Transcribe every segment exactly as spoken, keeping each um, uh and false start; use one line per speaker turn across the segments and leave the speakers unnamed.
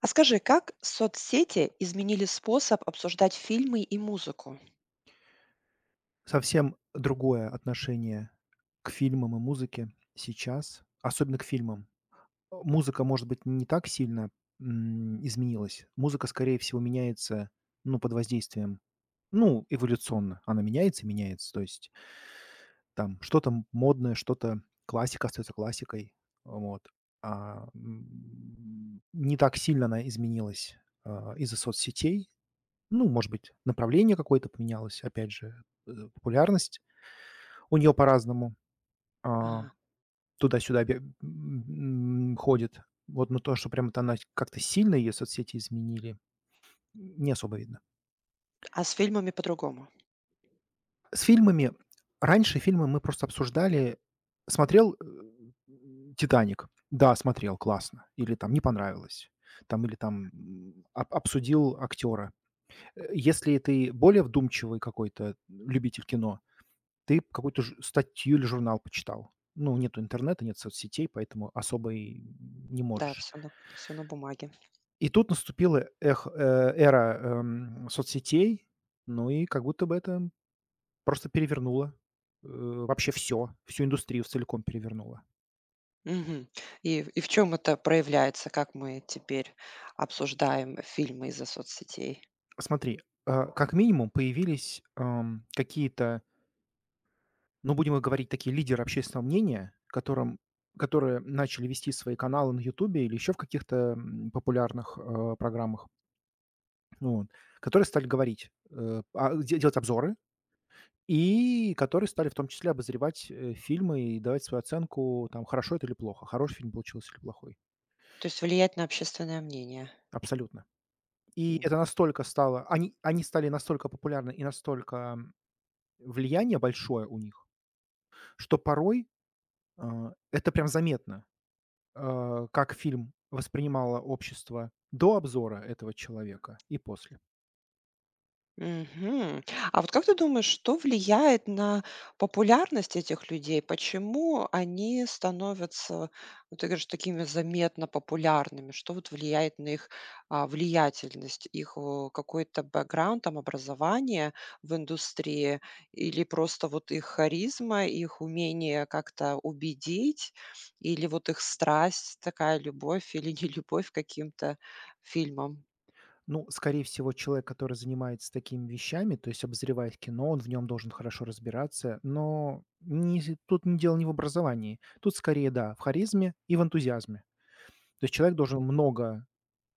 А скажи, как соцсети изменили способ обсуждать фильмы и музыку?
Совсем другое отношение к фильмам и музыке сейчас, особенно к фильмам. Э, музыка, может быть, не так сильно, м, изменилась. Музыка, скорее всего, меняется, ну, под воздействием, ну, эволюционно. Она меняется и меняется. То есть там что-то м модное, что-то классика остается классикой. Вот. А, м, не так сильно она изменилась, а, из-за соцсетей. Ну, может быть, направление какое-то поменялось, опять же, э, популярность у нее по-разному, а,
А,
туда-сюда бе м, ходит. Вот, но то, что прям вот она как-то сильно ее соцсети изменили, не особо видно.
а с фильмами по-другому.
С фильмами Раньше фильмы мы просто обсуждали. Смотрел, э, "Титаник"? Да, смотрел, классно. Или там не понравилось. Там или там, м, об обсудил актера? Э, если ты более вдумчивый какой-то любитель кино, ты какую-то ж статью или журнал почитал. Ну, нету интернета, нет соцсетей, поэтому особо и не
Да,
можешь.
все на, всё на бумаге.
И тут наступила эх э, эра, эм, соцсетей, ну и как будто бы это просто перевернуло, э, вообще все, всю индустрию целиком перевернуло.
Мгм. И, и в чем это проявляется, как мы теперь обсуждаем фильмы из-за соцсетей.
Смотри, э, как минимум появились, эм, какие-то, ну, будем говорить, такие лидеры общественного мнения, которым которые начали вести свои каналы на "Ютубе" или еще в каких-то, м, популярных, э, программах. Ну, вот. Которые стали говорить, э, а, де делать обзоры и которые стали в том числе обозревать, э, фильмы и давать свою оценку, там, хорошо это или плохо, хороший фильм получился или плохой.
То есть влиять на общественное мнение.
Абсолютно. И
М.
это настолько стало они они стали настолько популярны и настолько м, влияние большое у них, что порой, а, это прям заметно, а, как фильм воспринимало общество до обзора этого человека и после.
Мгм. А вот как ты думаешь, что влияет на популярность этих людей? Почему они становятся, ну, ты говоришь, такими заметно популярными? Что вот влияет на их а, влиятельность, их о, какой-то бэкграунд, там, образование в индустрии или просто вот их харизма, их умение как-то убедить или вот их страсть, такая любовь или не любовь к каким-то фильмам?
Ну, скорее всего, человек, который занимается такими вещами, то есть обозревает кино, он в нем должен хорошо разбираться, но не, з- тут не дело не в образовании. Тут скорее, да, в харизме и в энтузиазме. То есть человек должен много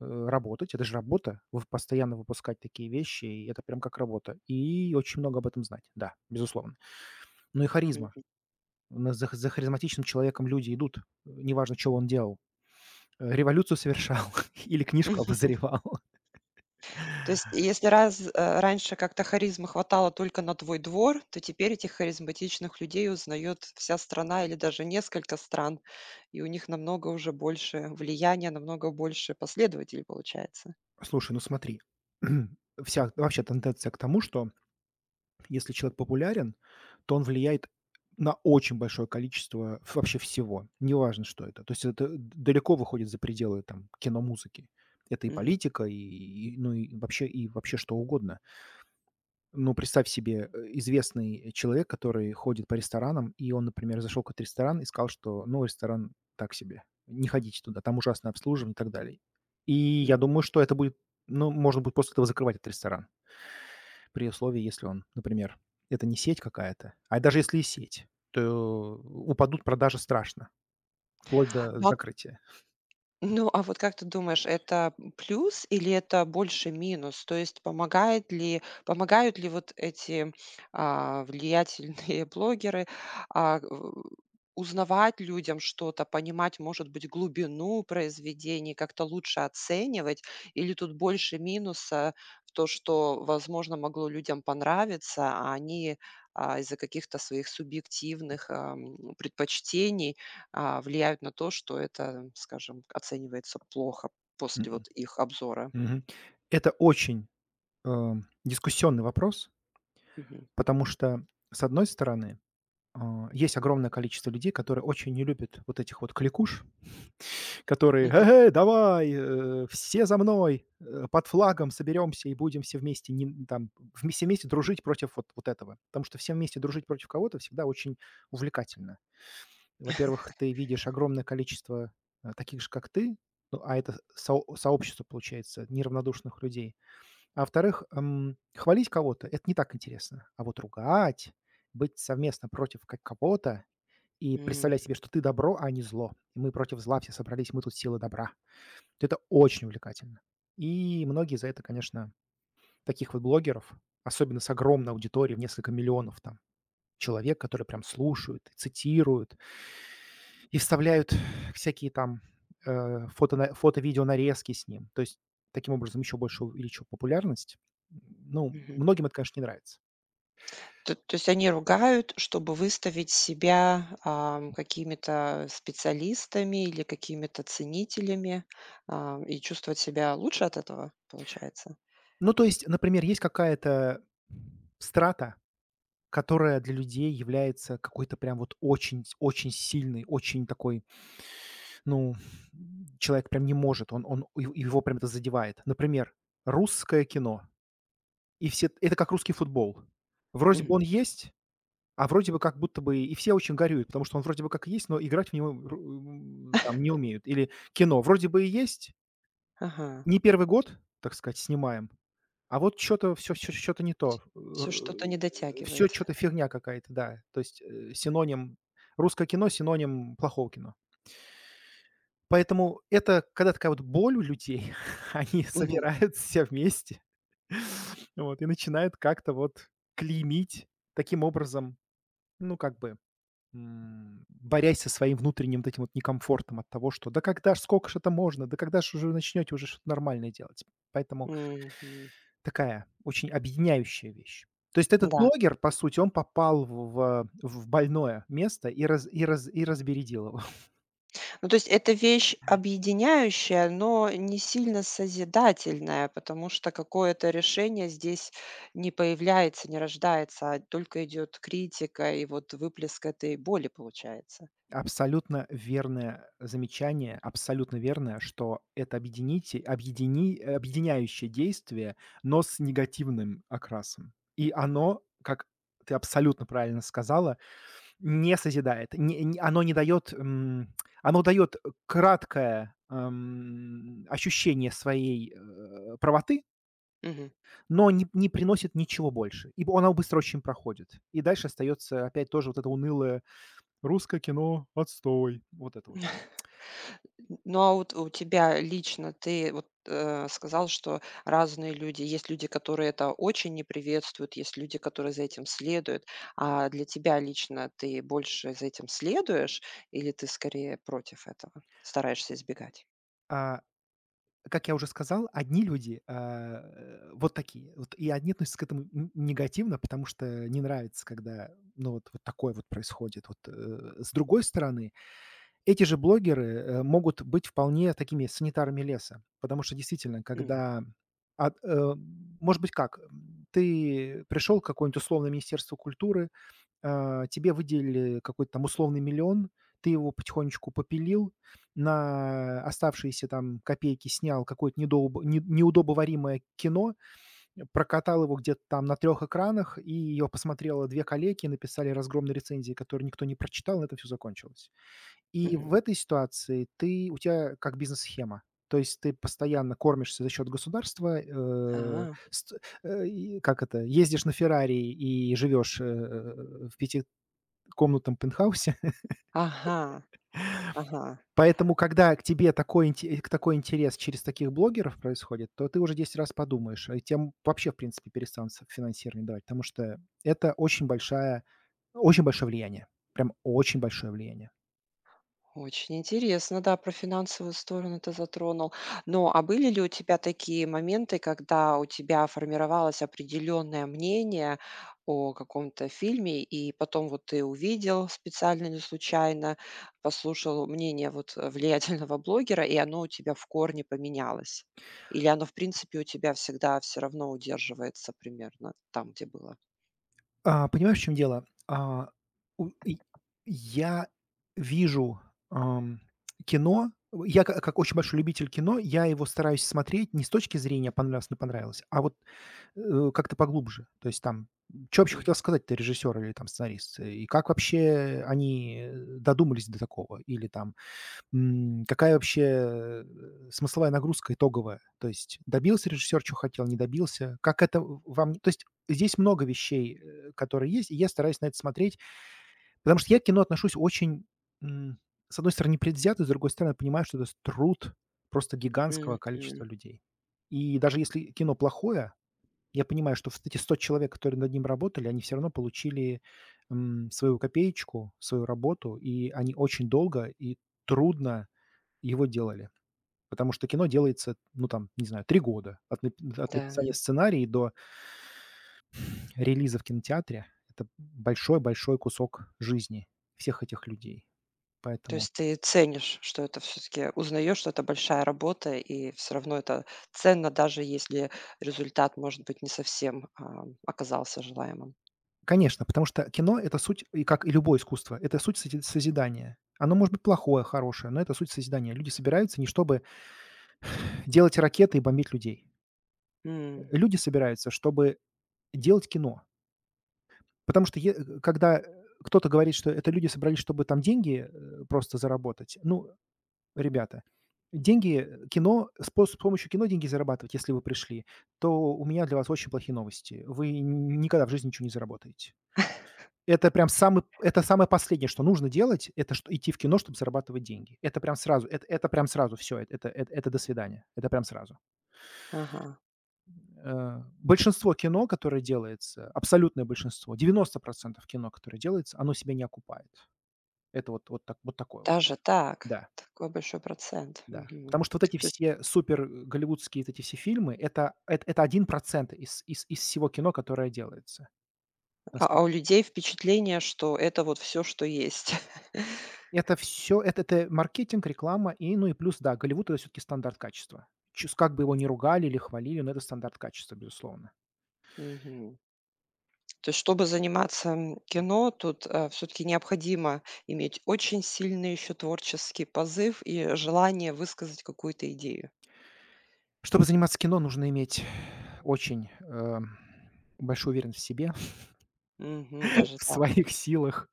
э, работать, это же работа, вы постоянно выпускать такие вещи, и это прям как работа. И очень много об этом знать, да, безусловно. Ну и харизма. У нас За, за харизматичным человеком люди идут, э, неважно, чего он делал. Э, Революцию совершал или книжку обозревал.
То есть если раз, э, раньше как-то харизмы хватало только на твой двор, то теперь этих харизматичных людей узнает вся страна или даже несколько стран, и у них намного уже больше влияния, намного больше последователей получается.
Слушай, ну смотри, вся вообще тенденция к тому, что если человек популярен, то он влияет на очень большое количество ф вообще всего, неважно, что это. То есть это д далеко выходит за пределы там кино, музыки. Это и
Мгм,
политика, и, и, ну, и вообще и вообще что угодно. Ну, представь себе, э, известный человек, который ходит по ресторанам, и он, например, зашел в какой-то ресторан и сказал, что, ну, ресторан так себе, не ходите туда, там ужасное обслуживание и так далее. И
м.
я думаю, что это будет, ну, можно будет после этого закрывать этот ресторан, при условии, если он, например, это не сеть какая-то, а даже если и сеть, то упадут продажи страшно, вплоть до
Ну, а
закрытия.
ну, а вот как ты думаешь, это плюс или это больше минус? То есть помогает ли помогают ли вот эти, а, влиятельные блогеры, а, в узнавать людям что-то, понимать, может быть, глубину произведений, как-то лучше оценивать? Или тут больше минуса в то, что, возможно, могло людям понравиться, а они, а, из-за каких-то своих субъективных, ам, предпочтений а, влияют на то, что это, скажем, оценивается плохо после
Мгм.
вот их обзора.
Мгм. Это очень, эм, дискуссионный вопрос,
Мгм.
потому что, с одной стороны, А, есть огромное количество людей, которые очень не любят вот этих вот кликуш, которые:
Мгм.
"Э, Давай, э, все за мной, э, под флагом соберемся и будем все вместе ним там вм все вместе дружить против вот вот этого". Потому что все вместе дружить против кого-то всегда очень увлекательно. Во-первых, ты видишь огромное количество, э, таких же, как ты, ну, а это соо сообщество получается неравнодушных людей. А во-вторых, эм, хвалить кого-то — это не так интересно. А вот ругать, быть совместно против как кого-то, и
М,
представляй себе, что ты добро, а не зло. И мы против зла все собрались, мы тут сила добра. Вот это очень увлекательно. И многие за это, конечно, таких вот блогеров, особенно с огромной аудиторией в несколько миллионов там человек, которые прям слушают, цитируют и вставляют всякие там э, фото, фото-видео нарезки с ним. То есть таким образом еще больше увеличил популярность. Ну,
мгм.
многим это, конечно, не нравится.
То то есть они ругают, чтобы выставить себя, ам, какими-то специалистами или какими-то ценителями, а, и чувствовать себя лучше от этого, получается?
Ну, то есть, например, есть какая-то страта, которая для людей является какой-то прям вот очень с очень сильный очень такой, ну, м, человек прям не может, он он ев его прям это задевает. Например, русское кино, и все это как русский футбол. Вроде
Мгм.
бы он есть, а вроде бы как будто бы и все очень горюют, потому что он вроде бы как есть, но играть в него ру м, там не умеют. Или кино вроде бы и есть,
Ага.
не первый год, так сказать, снимаем, а вот что то все что то не то.
Все что-то не
Все
дотягивает.
что то фигня какая-то, да. То есть, э, синоним русское кино — синоним плохого кино. Поэтому это когда такая вот боль у людей, они
Мгм.
собираются все вместе, вот, и начинают как-то вот клеймить таким образом, ну, как бы, м, борясь со своим внутренним вот этим вот некомфортом от того, что: "Да когда ж, скока ж это можно? Да когда ж уже начнете уже что-то нормальное делать?" Поэтому
Мгм.
такая очень объединяющая вещь. То есть этот
Да.
блогер, по сути, он попал в в больное место и раз и раз и разбередил его.
Ну, то есть это вещь объединяющая, но не сильно созидательная, потому что какое-то решение здесь не появляется, не рождается, а только идет критика и вот выплеск этой боли получается.
Абсолютно верное замечание, абсолютно верное, что это объедините объедини объединяющее действие, но с негативным окрасом. И оно, как ты абсолютно правильно сказала, не созидает. Не не оно не дает, м, оно дает краткое, эм, ощущение своей, э, правоты,
Мгм.
но не не приносит ничего больше, и б она быстро очень проходит. И дальше остается опять тоже вот это унылое: "Русское кино — отстой". Вот это вот всё.
Ну а вот у тебя лично, ты вот э, сказал, что разные люди, есть люди, которые это очень не приветствуют, есть люди, которые за этим следуют. А для тебя лично, ты больше за этим следуешь или ты скорее против этого, стараешься избегать?
А, как я уже сказал, одни люди, а, э, вот такие вот, и одни относятся к этому н негативно, потому что не нравится, когда, ну, вот вот такое вот происходит. Вот, э, с другой стороны, эти же блогеры, э, могут быть вполне такими санитарами леса, потому что действительно, когда от э, может быть, как, м, ты пришел к какое-нибудь условное министерству культуры, а, тебе выделили какой-то там условный миллион, ты его потихонечку попилил, на оставшиеся там копейки снял какое-то недоубо не неудобоваримое кино, э, прокатал его где-то там на трех экранах, и его посмотрело две коллеги, написали разгромные рецензии, которые никто не прочитал, на это все закончилось. И в
Мгм.
этой ситуации ты у тебя как бизнес-схема. То есть ты постоянно кормишься за счет государства, э,
А,
ст э, и как это, ездишь на "Феррари" и живешь, э, в пятикомнатном пентхаусе.
ага, ага.
Поэтому, когда к тебе такой инте к такой интерес через таких блогеров происходит, то ты уже десять раз подумаешь, а тем вообще, в принципе, перестанут с финансирование давать, потому что это очень большая очень большое влияние, прям очень большое влияние.
Очень интересно, да, про финансовую сторону ты затронул. Но а были ли у тебя такие моменты, когда у тебя формировалось определенное мнение о каком-то фильме, и потом вот ты увидел специально или случайно, послушал мнение вот э, влиятельного блогера, и оно у тебя в корне поменялось? Или оно, в принципе, у тебя всегда все равно удерживается примерно там, где было?
А, понимаешь, в чем дело? А, у и я вижу, ам, кино. Я ка как очень большой любитель кино, я его стараюсь смотреть не с точки зрения "понравилось — не понравилось", а вот, э, как-то поглубже. То есть там, что вообще хотел
Мгм.
сказать-то режиссер или там сценарист? э, И как вообще они, э, додумались до такого? Или там, М, какая вообще, э, смысловая нагрузка итоговая? То есть добился режиссер, чё хотел, не добился? Как это в вам То есть, здесь много вещей, э, которые есть, и я стараюсь на это смотреть, потому что я к кино отношусь очень, м, с одной стороны, непредвзято, с другой стороны, понимаю, что это труд просто гигантского количества
Мгм.
людей. И даже если кино плохое, я понимаю, что вот эти сто человек, которые над ним работали, они все равно получили, м, свою копеечку, свою работу, и они очень долго и трудно его делали. Потому что кино делается, ну, там, не знаю, три года от нап от написания
Да.
сценария до релиза в кинотеатре. Это большой-большой кусок жизни всех этих людей.
То
Поэтому.
есть ты ценишь, что это все таки узнаешь, что это большая работа, и все равно это ценно, даже если результат, может быть, не совсем, а, оказался желаемым.
Конечно, потому что кино — это суть, и как и любое искусство, это суть сози созидания. Оно может быть плохое, хорошее, но это суть созидания. Люди собираются не чтобы делать ракеты и бомбить людей. Э,
М,
люди собираются, чтобы делать кино. Потому что е когда кто-то говорит, что это люди собрались, чтобы там деньги, э, просто заработать, ну, ребята, деньги, э, кино, с по с помощью кино деньги зарабатывать, если вы пришли, то у меня для вас очень плохие новости. Вы н- никогда в жизни ничего не заработаете. Это прям самый это самое последнее, что нужно делать, это что идти в кино, чтобы зарабатывать деньги. Это прям сразу, это это прям сразу все, это это это это до свидания, это прям сразу.
ага.
Э, большинство кино, которое делается, абсолютное большинство, девяносто процентов кино, которое делается, оно себя не окупает. Это вот вот так вот такое вот,
Даже так?
да.
Такой большой процент.
Да.
Мгм.
Потому что вот эти
То есть,
все супер э, голливудские вот эти все фильмы — это это это один процент из из из всего кино, которое делается. На
а
сам
а у людей впечатление, что это вот все, что есть.
Это все это это маркетинг, реклама и, ну, и плюс, да, Голливуд — это все таки стандарт качества. Чус Как бы его ни ругали или хвалили, но это стандарт качества, безусловно.
Мгм. То есть, чтобы заниматься, м, кино, тут все таки необходимо иметь очень сильный еще творческий позыв и желание высказать какую-то идею.
Чтобы заниматься кино, нужно иметь очень, эм, большую уверенность в себе,
Мгм. Даже
в
так.
своих силах.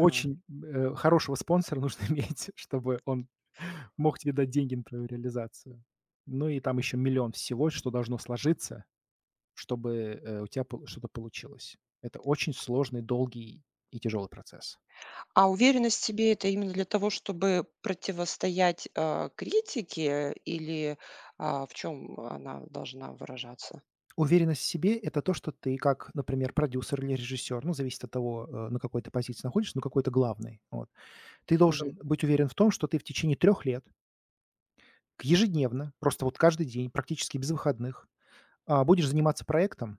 Ага.
э, хорошего спонсора нужно иметь, чтобы он мог тебе дать деньги на твою реализацию. Ну и там еще миллион всего, что должно сложиться, чтобы, э, у тебя пол что-то получилось. Это очень сложный, долгий и тяжелый процесс.
А уверенность в себе — это именно для того, чтобы противостоять, а, критике, или а, в чем она должна выражаться?
Уверенность в себе — это то, что ты как, например, продюсер или режиссер, ну, зависит от того, э, на какой ты позиции находишься, но какой-то главный. Вот. Ты
Мгм.
должен быть уверен в том, что ты в течение трех лет ежедневно, просто вот каждый день, практически без выходных, а, будешь заниматься проектом,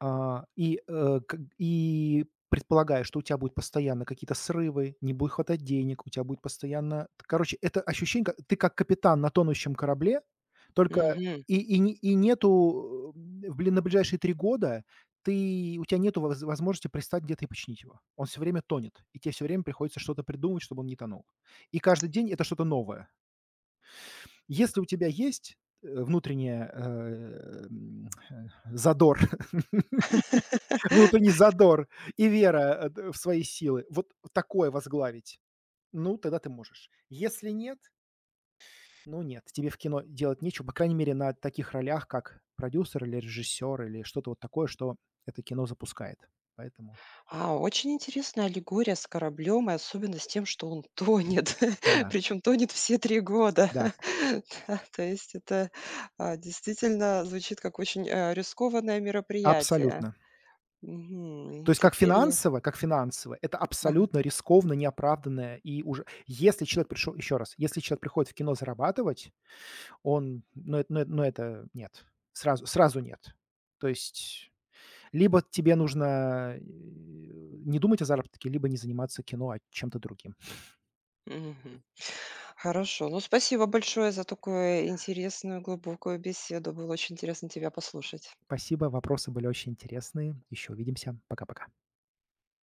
А, и, э, к и предполагая, что у тебя будут постоянно какие-то срывы, не будет хватать денег, у тебя будет постоянно короче, это ощущение, ка ты как капитан на тонущем корабле, только
Мгм.
и и не и нету, м, в бли на ближайшие три года ты у тебя нету воз возможности пристать где-то и починить его. Он все время тонет, и тебе все время приходится что-то придумывать, чтобы он не тонул. И каждый день это что-то новое. Если у тебя есть, э, внутренняя, э, м, э, задор внутренний задор и вера, э, в свои силы. Вот такое возглавить. Ну, тогда ты можешь. Если нет, ну нет, тебе в кино делать нечего, по крайней мере, на таких ролях, как продюсер или режиссер, или что-то вот такое, что это кино запускает. Поэтому
А, очень интересная аллегория с кораблем, и особенно с тем, что он тонет,
да,
причем тонет все три года.
да,
Да, то есть это, а, действительно звучит как очень, э, рискованное мероприятие.
абсолютно. То
Мгм.
есть как
Теперь я
финансово как финансово это
ага.
абсолютно рискованно, неоправданное, и уже если человек пришел еще раз, если человек приходит в кино зарабатывать, он ну эт ну эт ну это нет, сразу сразу нет. То есть либо тебе нужно, э, не думать о заработке, либо не заниматься кино, а чем-то другим.
Мгм. Хорошо. Ну, спасибо большое за такую интересную, глубокую беседу. Было очень интересно тебя послушать.
Спасибо, вопросы были очень интересные. Еще увидимся. Пока-пока.